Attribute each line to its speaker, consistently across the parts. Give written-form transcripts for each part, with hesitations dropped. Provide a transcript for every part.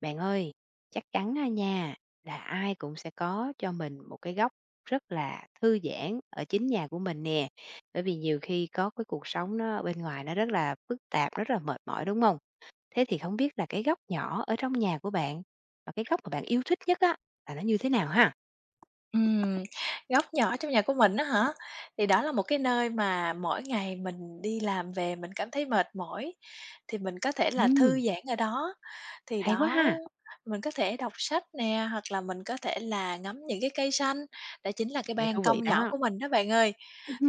Speaker 1: Bạn ơi, chắc chắn á nha, là ai cũng sẽ có cho mình một cái góc rất là thư giãn ở chính nhà của mình nè. Bởi vì nhiều khi có cái cuộc sống nó bên ngoài nó rất là phức tạp, rất là mệt mỏi, đúng không? Thế thì không biết là cái góc nhỏ ở trong nhà của bạn, và cái góc mà bạn yêu thích nhất á, là nó như thế nào ha?
Speaker 2: Ừm, Góc nhỏ trong nhà của mình đó hả? Thì đó là một cái nơi mà mỗi ngày mình đi làm về mình cảm thấy mệt mỏi, thì mình có thể là thư
Speaker 1: Ừm,
Speaker 2: giãn ở đó. Thì
Speaker 1: hay quá
Speaker 2: đó,
Speaker 1: ha!
Speaker 2: mình có thể đọc sách nè, hoặc là mình có thể là ngắm những cái cây xanh, đó chính là cái
Speaker 1: Nghe
Speaker 2: ban
Speaker 1: thú vị
Speaker 2: công nhỏ
Speaker 1: đó.
Speaker 2: của mình đó bạn ơi.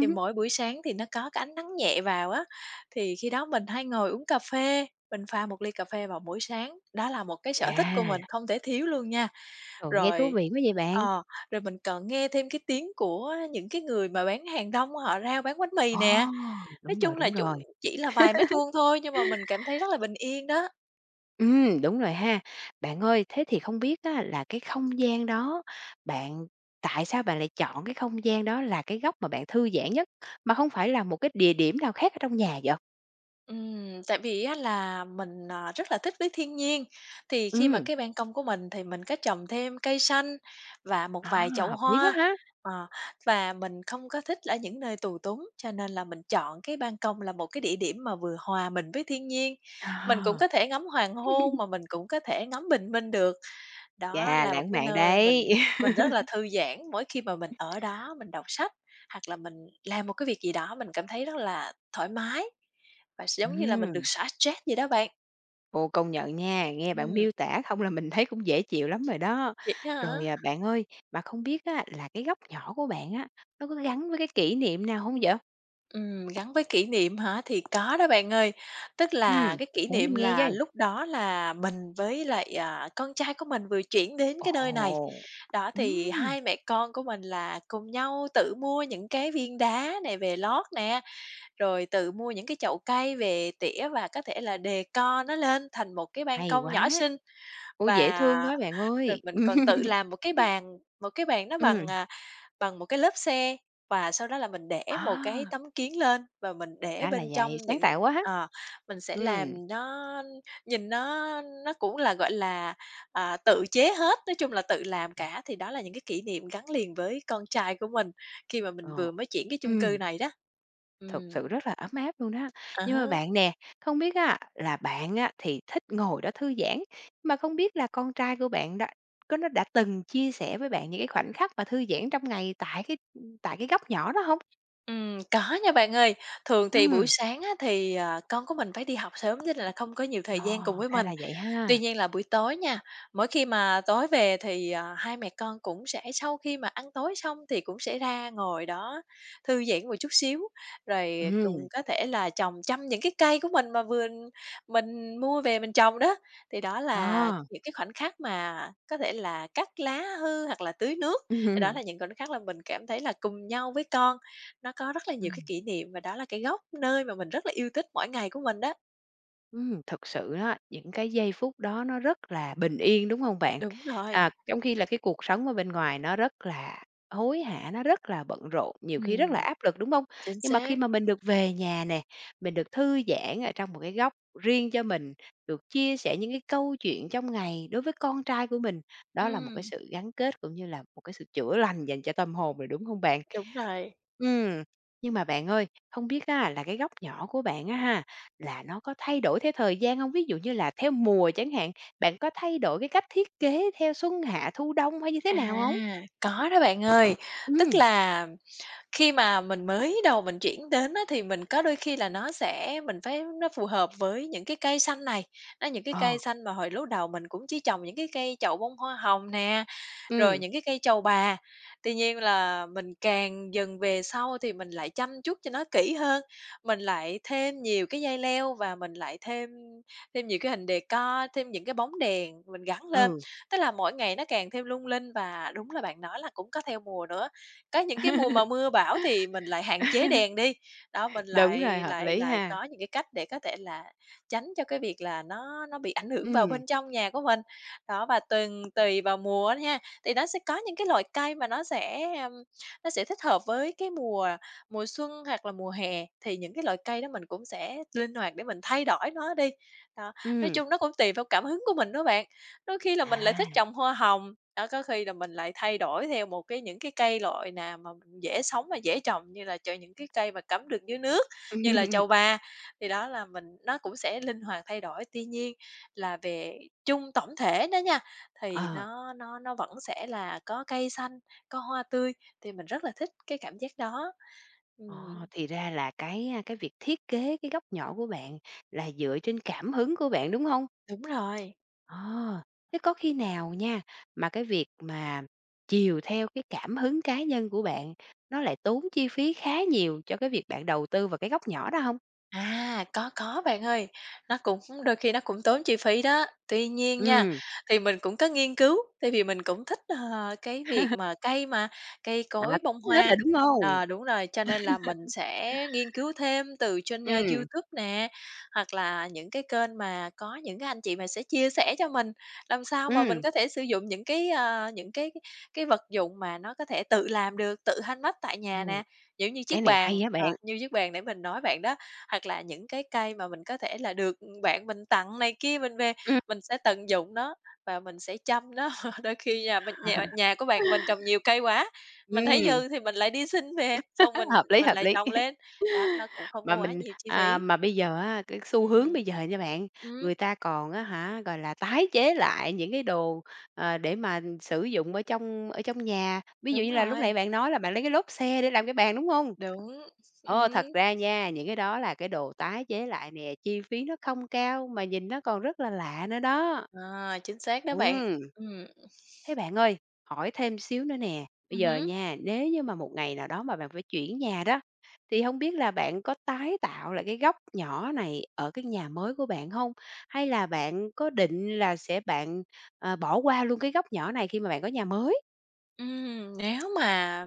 Speaker 2: Thì mỗi buổi sáng thì nó có cái ánh nắng nhẹ vào á, thì khi đó mình hay ngồi uống cà phê, mình pha một ly cà phê vào buổi sáng, đó là một cái sở thích của mình
Speaker 1: À,
Speaker 2: không thể thiếu luôn nha.
Speaker 1: ừ, nghe thú
Speaker 2: Rồi
Speaker 1: vị quá vậy bạn.
Speaker 2: ờ, rồi mình còn nghe thêm cái tiếng của những cái người mà bán hàng rong, họ ra bán bánh mì
Speaker 1: Ồ,
Speaker 2: nè. Nói
Speaker 1: đúng rồi,
Speaker 2: chung là
Speaker 1: đúng
Speaker 2: chủ
Speaker 1: rồi.
Speaker 2: Chỉ là vài mét vuông thôi nhưng mà mình cảm thấy rất là bình yên đó.
Speaker 1: Đúng rồi ha. Bạn ơi, thế thì không biết á là cái không gian đó, bạn tại sao bạn lại chọn cái không gian đó là cái góc mà bạn thư giãn nhất, mà không phải là một cái địa điểm nào khác ở trong nhà vậy?
Speaker 2: Tại vì á là mình, rất là thích với thiên nhiên, thì khi mà
Speaker 1: Ừm,
Speaker 2: cái ban công của mình thì mình có trồng thêm cây xanh và một
Speaker 1: à,
Speaker 2: vài chậu
Speaker 1: hợp lý quá
Speaker 2: hoa,
Speaker 1: ha.
Speaker 2: ờ, và mình không có thích ở những nơi tù túng, cho nên là mình chọn cái ban công là một cái địa điểm mà vừa hòa mình với thiên nhiên. Mình cũng
Speaker 1: À,
Speaker 2: có thể ngắm hoàng hôn mà mình cũng có thể ngắm bình minh được. Đó
Speaker 1: chà,
Speaker 2: là một
Speaker 1: lãng
Speaker 2: cái
Speaker 1: mạn
Speaker 2: nơi
Speaker 1: đấy.
Speaker 2: mình mình rất là thư giãn mỗi khi mà mình ở đó, mình đọc sách hoặc là mình làm một cái việc gì đó mình cảm thấy rất là thoải mái và giống như là mình được
Speaker 1: Ừm,
Speaker 2: xả stress vậy đó bạn.
Speaker 1: ô, công nhận nha, nghe bạn
Speaker 2: Ừm,
Speaker 1: miêu tả không là mình thấy cũng dễ chịu lắm rồi đó.
Speaker 2: Vậy đó hả?
Speaker 1: Rồi, à, bạn ơi, mà không biết á là cái góc nhỏ của bạn á, nó có gắn với cái kỷ niệm nào không vậy?
Speaker 2: Gắn với kỷ niệm hả? Thì có đó bạn ơi. Tức
Speaker 1: Ừm,
Speaker 2: là cái kỷ
Speaker 1: để
Speaker 2: niệm
Speaker 1: mình nghe
Speaker 2: là
Speaker 1: với.
Speaker 2: lúc đó là mình với lại, con trai của mình vừa chuyển đến cái nơi này.
Speaker 1: Ồ!
Speaker 2: Đó, thì
Speaker 1: Ừm,
Speaker 2: hai mẹ con của mình là cùng nhau tự mua những cái viên đá này về lót nè. Rồi tự mua những cái chậu cây về tỉa và có thể là decor nó lên thành một cái ban
Speaker 1: hay
Speaker 2: công
Speaker 1: quá!
Speaker 2: nhỏ xinh,
Speaker 1: Ôi, dễ thương
Speaker 2: và
Speaker 1: quá bạn
Speaker 2: rồi
Speaker 1: ơi!
Speaker 2: mình còn tự làm một cái bàn nó bằng,
Speaker 1: Ừm,
Speaker 2: bằng một cái lớp xe và sau đó là mình để một cái
Speaker 1: à,
Speaker 2: tấm kiến lên và mình để
Speaker 1: ra là
Speaker 2: bên
Speaker 1: vậy,
Speaker 2: trong
Speaker 1: sáng
Speaker 2: những
Speaker 1: tạo quá!
Speaker 2: ờ, mình sẽ
Speaker 1: Ừm,
Speaker 2: làm nó nhìn nó cũng là, gọi là, tự chế hết, nói chung là tự làm cả, thì đó là những cái kỷ niệm gắn liền với con trai của mình khi mà mình
Speaker 1: ờ,
Speaker 2: vừa mới chuyển cái chung cư
Speaker 1: ừm,
Speaker 2: này đó. Ừ.
Speaker 1: thực sự rất là ấm áp luôn đó. Nhưng mà bạn
Speaker 2: À.
Speaker 1: nè, không biết á là bạn á thì thích ngồi đó thư giãn, mà không biết là con trai của bạn đã có nó đã từng chia sẻ với bạn những cái khoảnh khắc mà thư giãn trong ngày tại cái góc nhỏ đó không?
Speaker 2: Có nha bạn ơi. Thường thì buổi
Speaker 1: Ừ,
Speaker 2: sáng á, thì, con của mình phải đi học sớm cho nên là không có nhiều thời
Speaker 1: ờ,
Speaker 2: gian cùng với
Speaker 1: ra
Speaker 2: mình.
Speaker 1: là vậy
Speaker 2: Tuy
Speaker 1: ha.
Speaker 2: nhiên là buổi tối nha, mỗi khi mà tối về thì, hai mẹ con cũng sẽ sau khi mà ăn tối xong thì cũng sẽ ra ngồi đó thư giãn một chút xíu, rồi
Speaker 1: Ừ,
Speaker 2: cùng có thể là trồng chăm những cái cây của mình mà vừa mình mua về mình trồng đó. Thì đó là
Speaker 1: ờ.
Speaker 2: những cái khoảnh khắc mà có thể là cắt lá hư hoặc là tưới nước, thì đó
Speaker 1: Ừm.
Speaker 2: là những khoảnh khắc là mình cảm thấy là cùng nhau với con, nó có rất là nhiều cái kỷ niệm và đó là cái góc nơi mà mình rất là yêu thích mỗi ngày của mình đó.
Speaker 1: Thực sự á, những cái giây phút đó nó rất là bình yên, đúng hông bạn?
Speaker 2: Đúng rồi.
Speaker 1: À, trong khi là cái cuộc sống ở bên ngoài nó rất là hối hả, nó rất là bận rộn, nhiều khi rất
Speaker 2: Ừm,
Speaker 1: là áp lực, đúng hông?
Speaker 2: Chính
Speaker 1: Nhưng mà khi
Speaker 2: xác.
Speaker 1: mà mình được về nhà nè, mình được thư giãn ở trong một cái góc riêng cho mình, được chia sẻ những cái câu chuyện trong ngày đối với con trai của mình, đó là một cái
Speaker 2: Ừm.
Speaker 1: sự gắn kết cũng như là một cái sự chữa lành dành cho tâm hồn rồi, đúng hông bạn?
Speaker 2: Đúng rồi.
Speaker 1: Ừm, nhưng mà bạn ơi, không biết á là cái góc nhỏ của bạn á ha, là nó có thay đổi theo thời gian không? Ví dụ như là theo mùa chẳng hạn, bạn có thay đổi cái cách thiết kế theo xuân hạ thu đông hay như thế
Speaker 2: À,
Speaker 1: nào không?
Speaker 2: có đó bạn ơi. Tức
Speaker 1: Ừ,
Speaker 2: là khi mà mình mới đầu mình chuyển đến á, thì mình có đôi khi là nó sẽ mình phải nó phù hợp với những cái cây xanh này, đó, những cái cây
Speaker 1: ờ,
Speaker 2: xanh mà hồi lúc đầu mình cũng chỉ trồng những cái cây chậu bông hoa hồng nè, rồi
Speaker 1: ừm,
Speaker 2: những cái cây trầu bà. Tuy nhiên là mình càng dần về sau thì mình lại chăm chút cho nó kỹ hơn, mình lại thêm nhiều cái dây leo và mình lại thêm thêm nhiều cái hình decor, thêm những cái bóng đèn mình gắn lên.
Speaker 1: ừ.
Speaker 2: Tức là mỗi ngày nó càng thêm lung linh và đúng là bạn nói là cũng có theo mùa nữa. Có những cái mùa mà mưa bão thì mình lại hạn chế đèn đi, đó, mình
Speaker 1: Đúng rồi,
Speaker 2: lại
Speaker 1: hợp
Speaker 2: lại
Speaker 1: lý
Speaker 2: lại
Speaker 1: ha.
Speaker 2: có những cái cách để có thể là tránh cho cái việc là nó bị ảnh hưởng vào
Speaker 1: Ừ,
Speaker 2: bên trong nhà của mình. Đó, và từng tùy vào mùa á nha thì nó sẽ có những cái loại cây mà nó sẽ thích hợp với cái mùa mùa xuân hoặc là mùa hè, thì những cái loại cây đó mình cũng sẽ linh hoạt để mình thay đổi nó đi. Đó, nói
Speaker 1: ừ,
Speaker 2: chung nó cũng tùy theo cảm hứng của mình đó bạn. Đôi khi là mình lại thích
Speaker 1: à.
Speaker 2: trồng hoa hồng, đó, có khi là mình lại thay đổi theo một cái những cái cây loại nào mà mình dễ sống và dễ trồng như là trời những cái cây mà cắm được dưới nước, như là trầu bà, thì đó là mình nó cũng sẽ linh hoạt thay đổi. Tuy nhiên là về chung tổng thể đó nha thì
Speaker 1: Ờ,
Speaker 2: nó vẫn sẽ là có cây xanh, có hoa tươi, thì mình rất là thích cái cảm giác đó. Ừm,
Speaker 1: ờ, thì ra là cái việc thiết kế cái góc nhỏ của bạn là dựa trên cảm hứng của bạn, đúng không?
Speaker 2: Đúng rồi.
Speaker 1: Ờ, thế có khi nào nha, mà cái việc mà chiều theo cái cảm hứng cá nhân của bạn, nó lại tốn chi phí khá nhiều cho cái việc bạn đầu tư vào cái góc nhỏ đó không?
Speaker 2: À, có bạn ơi. Nó cũng đôi khi nó cũng tốn chi phí đó. Tuy nhiên nha,
Speaker 1: Ừ,
Speaker 2: thì mình cũng có nghiên cứu, tại vì mình cũng thích, cái việc mà cây
Speaker 1: à,
Speaker 2: cối, bông
Speaker 1: tính hết
Speaker 2: hoa.
Speaker 1: rồi, đúng không?
Speaker 2: Ờ, đúng rồi, cho nên là mình sẽ nghiên cứu thêm từ trên,
Speaker 1: Ừ,
Speaker 2: YouTube nè, hoặc là những cái kênh mà có những cái anh chị mà sẽ chia sẻ cho mình, làm sao mà mình
Speaker 1: ừ,
Speaker 2: có thể sử dụng những cái, cái vật dụng mà nó có thể tự làm được, tự handmade tại nhà nè,
Speaker 1: ừm,
Speaker 2: giống như
Speaker 1: cái
Speaker 2: chiếc
Speaker 1: này
Speaker 2: bàn,
Speaker 1: hay á bạn.
Speaker 2: như chiếc bàn để mình nói bạn đó. Hoặc là những cái cây mà mình có thể là được, bạn mình tặng này kia mình về,
Speaker 1: Ừ.
Speaker 2: mình sẽ tận dụng nó và mình sẽ chăm nó. Đôi khi nhà của bạn mình trồng nhiều cây quá, mình thấy
Speaker 1: Ừm,
Speaker 2: dư thì mình lại đi xin về, xong mình
Speaker 1: hợp lý,
Speaker 2: mình
Speaker 1: hợp
Speaker 2: lại
Speaker 1: lý.
Speaker 2: trồng lên. Đó, nó cũng không có
Speaker 1: Mà
Speaker 2: quá
Speaker 1: mình
Speaker 2: nhiều chi
Speaker 1: à,
Speaker 2: phí.
Speaker 1: mà bây giờ á, cái xu hướng
Speaker 2: Ừm,
Speaker 1: bây giờ nha bạn,
Speaker 2: ừm,
Speaker 1: người ta còn á hả, gọi là, tái chế lại những cái đồ, ờ, để mà sử dụng ở trong nhà. Ví dụ
Speaker 2: đúng
Speaker 1: như là lúc nãy
Speaker 2: rồi,
Speaker 1: bạn nói là bạn lấy cái lốp xe để làm cái bàn, đúng không?
Speaker 2: đúng,
Speaker 1: Ờ,
Speaker 2: ừm,
Speaker 1: thật ra nha, những cái đó là cái đồ tái chế lại nè, chi phí nó không cao mà nhìn nó còn rất là lạ nữa đó.
Speaker 2: ờ, chính xác đó bạn.
Speaker 1: Ừm.
Speaker 2: Ừm,
Speaker 1: Thế bạn ơi, hỏi thêm xíu nữa nè, bây giờ
Speaker 2: hứm,
Speaker 1: nha, nếu như mà một ngày nào đó mà bạn phải chuyển nhà đó, thì không biết là bạn có tái tạo lại cái góc nhỏ này ở cái nhà mới của bạn không? Hay là bạn có định là ờ, bỏ qua luôn cái góc nhỏ này khi mà bạn có nhà mới?
Speaker 2: ừm, nếu mà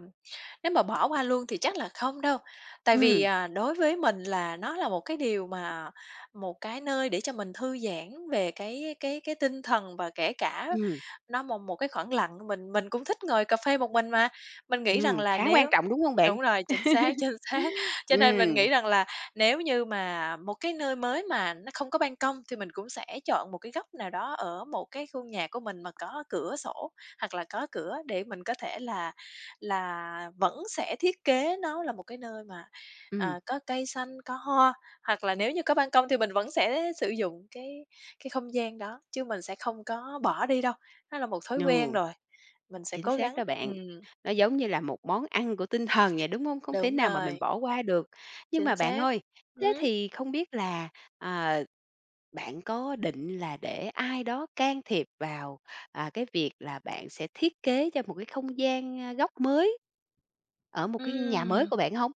Speaker 2: nếu mà bỏ qua luôn thì chắc là không đâu, tại vì,
Speaker 1: Ừm,
Speaker 2: đối với mình là nó là một cái điều mà một cái nơi để cho mình thư giãn về cái tinh thần và kể cả
Speaker 1: ừm,
Speaker 2: nó một một cái khoảng lặng, mình cũng thích ngồi cà phê một mình mà. Mình nghĩ rằng là
Speaker 1: khá quan
Speaker 2: nếu
Speaker 1: trọng, đúng không bạn?
Speaker 2: Đúng rồi, chính xác, chính xác. Cho nên mình
Speaker 1: Ừm,
Speaker 2: nghĩ rằng là nếu như mà một cái nơi mới mà nó không có ban công thì mình cũng sẽ chọn một cái góc nào đó ở một cái khu nhà của mình mà có cửa sổ hoặc là có cửa để mình có thể là vẫn sẽ thiết kế nó là một cái nơi mà,
Speaker 1: ừm,
Speaker 2: có cây xanh, có hoa, hoặc là nếu như có ban công thì mình vẫn sẽ sử dụng cái không gian đó, chứ mình sẽ không có bỏ đi đâu, nó là một thói quen
Speaker 1: ừ.
Speaker 2: rồi, mình sẽ
Speaker 1: Chính
Speaker 2: cố
Speaker 1: xác
Speaker 2: gắng
Speaker 1: đó bạn. Nó giống như là một món ăn của tinh thần vậy, đúng không? Không thể
Speaker 2: đúng
Speaker 1: nào mà mình
Speaker 2: rồi,
Speaker 1: bỏ qua được. Nhưng
Speaker 2: chính
Speaker 1: mà bạn
Speaker 2: xác.
Speaker 1: ơi, thế
Speaker 2: Ừm,
Speaker 1: thì không biết là, ờ, bạn có định là để ai đó can thiệp vào, à, cái việc là bạn sẽ thiết kế cho một cái không gian, a, góc mới ở một cái nhà mới
Speaker 2: ừm.
Speaker 1: của bạn không?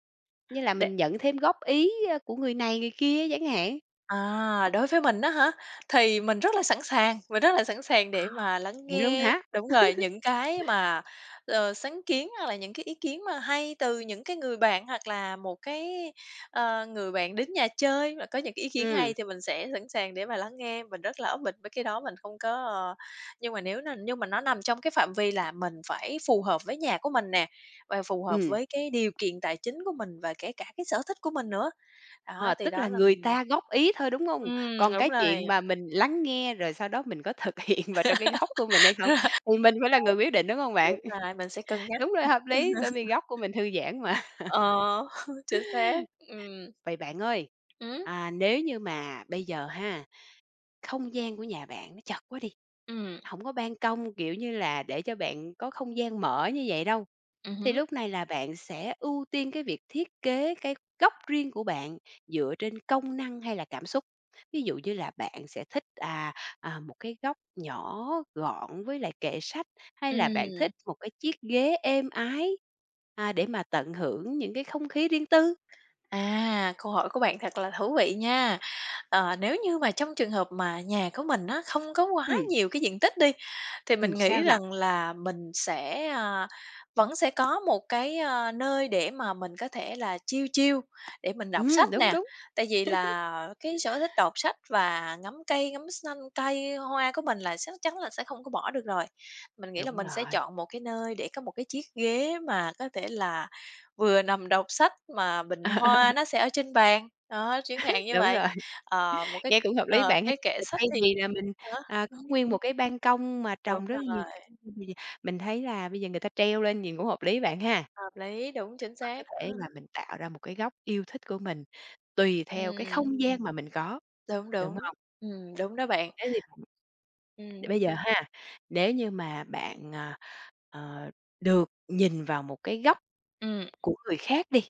Speaker 1: Như là mình nhận thêm góp ý, a, của người này người kia chẳng hạn,
Speaker 2: À, đối với mình đó hả? Thì mình rất là sẵn sàng, mình rất là sẵn sàng để mà lắng
Speaker 1: vậy luôn
Speaker 2: nghe
Speaker 1: hả?
Speaker 2: đúng rồi, những cái mà, sáng kiến hoặc là những cái ý kiến mà hay từ những cái người bạn hoặc là một cái, người bạn đến nhà chơi mà có những cái ý kiến
Speaker 1: Ừ,
Speaker 2: hay thì mình sẽ sẵn sàng để mà lắng nghe. Mình rất là bịch với cái đó, mình không có, ờ nhưng mà nó nằm trong cái phạm vi là mình phải phù hợp với nhà của mình nè, và phù hợp
Speaker 1: ừ.
Speaker 2: với cái điều kiện tài chính của mình và kể cả cái sở thích của mình nữa. Đó,
Speaker 1: Ờ,
Speaker 2: thì
Speaker 1: tức
Speaker 2: đó
Speaker 1: là
Speaker 2: là.
Speaker 1: người ta góp ý thôi, đúng không? Còn
Speaker 2: Đúng
Speaker 1: cái
Speaker 2: rồi.
Speaker 1: chuyện mà mình lắng nghe rồi sau đó mình có thực hiện vào trong cái góc của mình hay không thì mình phải là
Speaker 2: Đây,
Speaker 1: người quyết định, đúng không bạn?
Speaker 2: đúng rồi, mình sẽ cân nhắc.
Speaker 1: Đúng rồi, hợp lý, bởi vì góc của mình thư giãn mà.
Speaker 2: Ờ, chính xác. Ừm,
Speaker 1: Vậy bạn ơi,
Speaker 2: hứm,
Speaker 1: à, nếu như mà bây giờ ha, không gian của nhà bạn nó chật quá đi,
Speaker 2: ừm,
Speaker 1: không có ban công, kiểu như là, để cho bạn có không gian mở như vậy đâu. Thì
Speaker 2: hứm,
Speaker 1: lúc này là bạn sẽ ưu tiên cái việc thiết kế cái góc riêng của bạn dựa trên công năng hay là cảm xúc. Ví dụ như là bạn sẽ thích, à, à, một cái góc nhỏ gọn với lại kệ sách, hay là bạn
Speaker 2: ừm.
Speaker 1: thích một cái chiếc ghế êm ái, à, để mà tận hưởng những cái không khí riêng tư.
Speaker 2: À, câu hỏi của bạn thật là thú vị nha. Ờ, nếu như mà trong trường hợp mà nhà của mình á, không có quá
Speaker 1: Ừm,
Speaker 2: nhiều cái diện tích đi, thì mình nghĩ
Speaker 1: sao nào?
Speaker 2: rằng là mình sẽ, vẫn sẽ có một cái, nơi để mà mình có thể là chill chill, để mình đọc sách
Speaker 1: Đúng,
Speaker 2: nè.
Speaker 1: đúng,
Speaker 2: Tại vì là cái sở thích đọc sách và ngắm cây, ngắm xanh cây hoa của mình là chắc chắn là sẽ không có bỏ được rồi. Mình nghĩ là
Speaker 1: đúng
Speaker 2: mình sẽ
Speaker 1: rồi,
Speaker 2: chọn một cái nơi để có một cái chiếc ghế mà có thể là vừa nằm đọc sách mà bình hoa nó sẽ ở trên bàn, đó, chẳng hạn như
Speaker 1: đúng
Speaker 2: vậy.
Speaker 1: rồi.
Speaker 2: Ờ, một cái,
Speaker 1: Nghe cũng hợp lý bạn ha.
Speaker 2: cái kệ
Speaker 1: Giờ
Speaker 2: sách
Speaker 1: thay
Speaker 2: thì
Speaker 1: vì là mình,
Speaker 2: đó,
Speaker 1: à, có
Speaker 2: ừm,
Speaker 1: nguyên một cái ban công mà
Speaker 2: đúng
Speaker 1: trồng rất là nhiều
Speaker 2: rồi,
Speaker 1: cây thì mình thấy là bây giờ người ta treo lên nhìn cũng hợp lý bạn ha.
Speaker 2: hợp lý, đúng, chính
Speaker 1: Và có
Speaker 2: xác.
Speaker 1: thể là mình tạo ra một cái góc yêu thích của mình tùy theo cái
Speaker 2: Ừm,
Speaker 1: không gian mà mình có,
Speaker 2: Đúng,
Speaker 1: đúng
Speaker 2: đúng,
Speaker 1: hông?
Speaker 2: đúng đó bạn.
Speaker 1: Thế thì
Speaker 2: Ừm.
Speaker 1: bây giờ ha, nếu như mà bạn, ờ, ờ, được nhìn vào một cái góc
Speaker 2: Ừm.
Speaker 1: của người khác đi.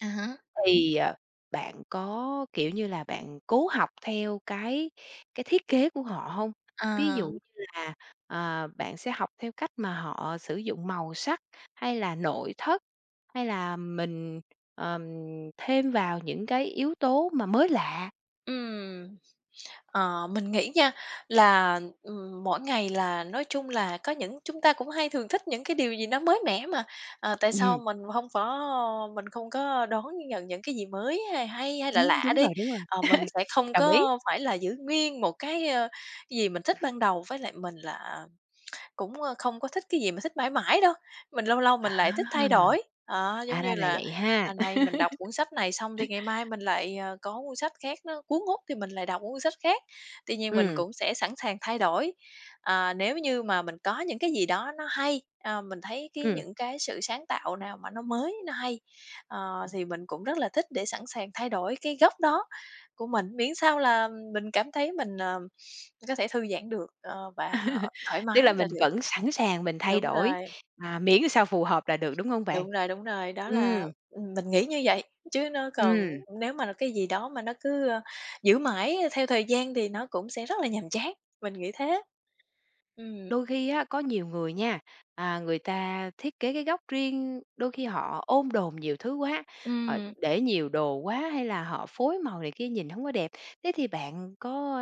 Speaker 2: À há.
Speaker 1: Thì, ờ, bạn có, kiểu như là, bạn cố học theo cái thiết kế của họ hông? Ví dụ
Speaker 2: Ờ.
Speaker 1: như là, ờ, bạn sẽ học theo cách mà họ sử dụng màu sắc, hay là nội thất, hay là mình, ờm, thêm vào những cái yếu tố mà mới lạ?
Speaker 2: Ừm. Mình nghĩ nha là, mỗi ngày là nói chung là có những chúng ta cũng hay thường thích những cái điều gì nó mới mẻ mà, tại sao
Speaker 1: Ừm,
Speaker 2: mình không có đón nhận những cái gì mới hay hay hay lạ lạ
Speaker 1: đúng
Speaker 2: đi.
Speaker 1: rồi, đúng rồi.
Speaker 2: Mình sẽ không
Speaker 1: Đồng ý.
Speaker 2: có phải là giữ nguyên một cái gì mình thích ban đầu. Với lại mình là cũng không có thích cái gì mà thích mãi mãi đâu, mình lâu lâu mình
Speaker 1: À,
Speaker 2: lại thích thay đổi. Đó, giống
Speaker 1: à,
Speaker 2: như
Speaker 1: ra là
Speaker 2: là
Speaker 1: vậy ha.
Speaker 2: hôm nay mình đọc cuốn sách này xong thì ngày mai mình lại, có cuốn sách khác nó cuốn hút thì mình lại đọc cuốn sách khác. Tuy nhiên mình cũng sẽ sẵn sàng thay đổi, à, nếu như mà mình có những cái gì đó nó hay, mình thấy cái
Speaker 1: Ừm,
Speaker 2: những cái sự sáng tạo nào mà nó mới, nó hay,
Speaker 1: ừm.
Speaker 2: thì mình cũng rất là thích để sẵn sàng thay đổi cái góc đó của mình, miễn sao là mình cảm thấy mình, có thể thư giãn được, và thoải
Speaker 1: Tức là
Speaker 2: mái là
Speaker 1: mình
Speaker 2: được.
Speaker 1: vẫn sẵn sàng mình thay
Speaker 2: Đúng
Speaker 1: đổi,
Speaker 2: rồi,
Speaker 1: à, miễn sao phù hợp là được, đúng hông bạn?
Speaker 2: đúng rồi, đúng rồi, đó là,
Speaker 1: Ừm.
Speaker 2: mình nghĩ như vậy, chứ nó còn
Speaker 1: Ừm,
Speaker 2: nếu mà là cái gì đó mà nó cứ giữ mãi theo thời gian thì nó cũng sẽ rất là nhàm chán, mình nghĩ thế. Ừm.
Speaker 1: đôi khi á, có nhiều người nha, à, người ta thiết kế cái góc riêng, đôi khi họ ôm đồm nhiều thứ quá, họ
Speaker 2: Ừm.
Speaker 1: để nhiều đồ quá hay là họ phối màu này kia nhìn không có đẹp. Thế thì bạn có,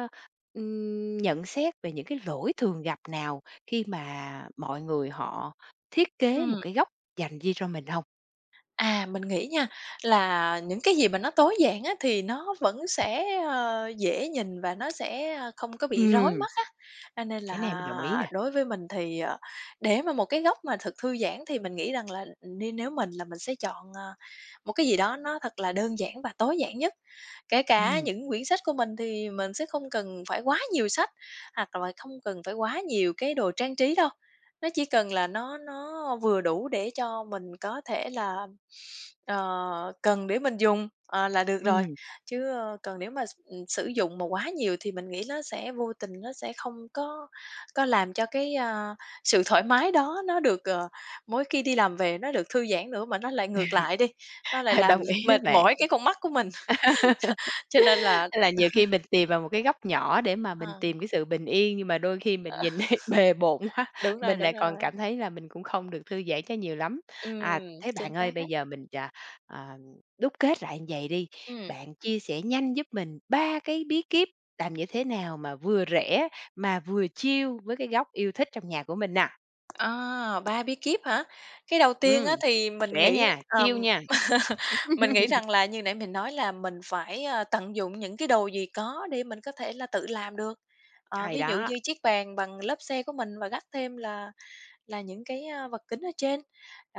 Speaker 1: nhận xét về những cái lỗi thường gặp nào khi mà mọi người họ thiết kế một
Speaker 2: Ừm.
Speaker 1: cái góc dành riêng cho mình không?
Speaker 2: À, mình nghĩ nha, là những cái gì mà nó tối giản á, thì nó vẫn sẽ dễ nhìn và nó sẽ không có bị rối
Speaker 1: Ừm,
Speaker 2: mắt á. Cho nên
Speaker 1: cái này mình đồng ý
Speaker 2: là
Speaker 1: nè.
Speaker 2: đối với mình thì, để mà một cái góc mà thật thư giãn thì mình nghĩ rằng là nếu mình sẽ chọn, một cái gì đó nó thật là đơn giản và tối giản nhất. Kể cả
Speaker 1: Ừm,
Speaker 2: những quyển sách của mình thì mình sẽ không cần phải quá nhiều sách, hoặc là không cần phải quá nhiều cái đồ trang trí đâu. Nó chỉ cần là nó vừa đủ để cho mình có thể là, cần để mình dùng, là được rồi,
Speaker 1: ừm,
Speaker 2: chứ còn nếu mà s sử dụng mà quá nhiều thì mình nghĩ nó sẽ vô tình nó sẽ không có làm cho cái, sự thoải mái đó nó được, mỗi khi đi làm về nó được thư giãn nữa mà nó lại ngược lại đi, nó lại làm
Speaker 1: đồng ý đó
Speaker 2: mệt
Speaker 1: bạn.
Speaker 2: mỏi cái con mắt của mình. Cho cho nên là,
Speaker 1: Tức là nhiều khi mình tìm vào một cái góc nhỏ để mà mình
Speaker 2: ờ,
Speaker 1: tìm cái sự bình yên, nhưng mà đôi khi mình nhìn bề bộn quá,
Speaker 2: đúng rồi,
Speaker 1: mình
Speaker 2: đúng
Speaker 1: lại còn
Speaker 2: rồi.
Speaker 1: cảm thấy là mình cũng không được thư giãn cho nhiều lắm. À,
Speaker 2: Ừm,
Speaker 1: thế
Speaker 2: chính
Speaker 1: bạn ơi,
Speaker 2: xác á.
Speaker 1: bây giờ mình, à, à, đúc kết lại như vậy đi,
Speaker 2: Ừm,
Speaker 1: bạn chia sẻ nhanh giúp mình 3 cái bí kíp làm như thế nào mà vừa rẻ mà vừa chill với cái góc yêu thích trong nhà của mình nè.
Speaker 2: à, 3 bí kíp hả? Cái đầu tiên
Speaker 1: Ừm,
Speaker 2: á thì mình
Speaker 1: rẻ
Speaker 2: nghĩ,
Speaker 1: nha, chill nha,
Speaker 2: mình nghĩ rằng là như nãy mình nói là mình phải, tận dụng những cái đồ gì có để mình có thể là tự làm được.
Speaker 1: hay
Speaker 2: Ví dụ
Speaker 1: đó.
Speaker 2: như chiếc bàn bằng lớp xe của mình và gác thêm là những cái, vật kính ở trên.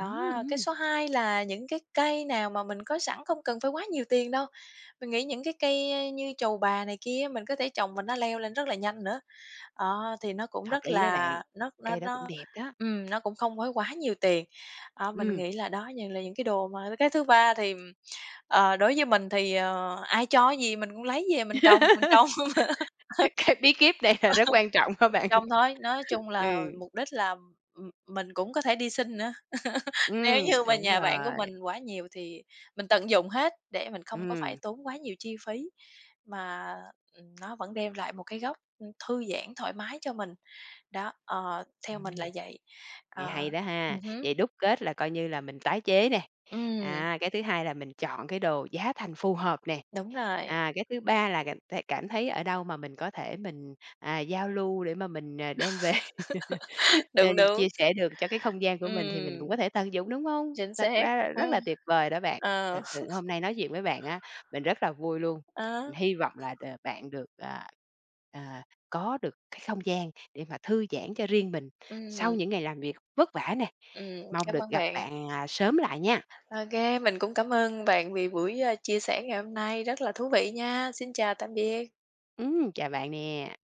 Speaker 1: Ừm,
Speaker 2: cái
Speaker 1: ừm,
Speaker 2: số 2 là những cái cây nào mà mình có sẵn không cần phải quá nhiều tiền đâu. Mình nghĩ những cái cây, như trầu bà này kia mình có thể trồng và nó leo lên rất là nhanh nữa. Thì nó cũng
Speaker 1: hợp
Speaker 2: rất
Speaker 1: lý đó bạn,
Speaker 2: là nó nó
Speaker 1: cây đó cũng
Speaker 2: nó
Speaker 1: đẹp đó.
Speaker 2: nó cũng không phải quá nhiều tiền. Mình
Speaker 1: Ừm.
Speaker 2: nghĩ là đó là những cái đồ mà cái thứ ba thì, đối với mình thì, ai cho gì mình cũng lấy về mình trồng,
Speaker 1: Cái bí kíp này là rất quan trọng các bạn?
Speaker 2: trồng thôi. Nói chung là
Speaker 1: Ừ,
Speaker 2: mục đích là, mình cũng có thể đi xin nữa. Nếu như mà
Speaker 1: đúng
Speaker 2: nhà bạn của
Speaker 1: rồi,
Speaker 2: mình quá nhiều thì mình tận dụng hết để mình không có phải
Speaker 1: ừm,
Speaker 2: tốn quá nhiều chi phí, mà nó vẫn đem lại một cái góc thư giãn thoải mái cho mình. Đó, theo mình
Speaker 1: ừm,
Speaker 2: là vậy.
Speaker 1: nghe
Speaker 2: Ờ.
Speaker 1: hay đó ha.
Speaker 2: Hứm,
Speaker 1: Vậy đúc kết là coi như là mình tái chế nè,
Speaker 2: ừm,
Speaker 1: à, cái thứ hai là mình chọn cái đồ giá thành phù hợp nè,
Speaker 2: đúng rồi.
Speaker 1: à, cái thứ ba là cảm cảm thấy ở đâu mà mình có thể mình, à, giao lưu để mà mình, à, đem về. Ờ,
Speaker 2: Đúng, đúng.
Speaker 1: chia sẻ được cho cái không gian của mình thì mình cũng
Speaker 2: Ừm,
Speaker 1: có thể tận dụng, đúng không?
Speaker 2: chính
Speaker 1: Thật
Speaker 2: xác.
Speaker 1: ra là rất
Speaker 2: Ừm,
Speaker 1: là tuyệt vời đó bạn.
Speaker 2: ờ,
Speaker 1: Thật sự hôm nay nói chuyện với bạn á, mình rất là vui luôn. Mình
Speaker 2: đó,
Speaker 1: hy vọng là đ bạn được, à, à, có được cái không gian để mà thư giãn cho riêng mình
Speaker 2: ừm,
Speaker 1: sau những ngày làm việc vất vả nè.
Speaker 2: ừm,
Speaker 1: Mong
Speaker 2: cảm
Speaker 1: được
Speaker 2: ơn
Speaker 1: gặp
Speaker 2: bạn.
Speaker 1: bạn, à, sớm lại nha.
Speaker 2: Ô kê, mình cũng cảm ơn bạn vì buổi, chia sẻ ngày hôm nay rất là thú vị nha. Xin chào, tạm biệt.
Speaker 1: Chào bạn nè.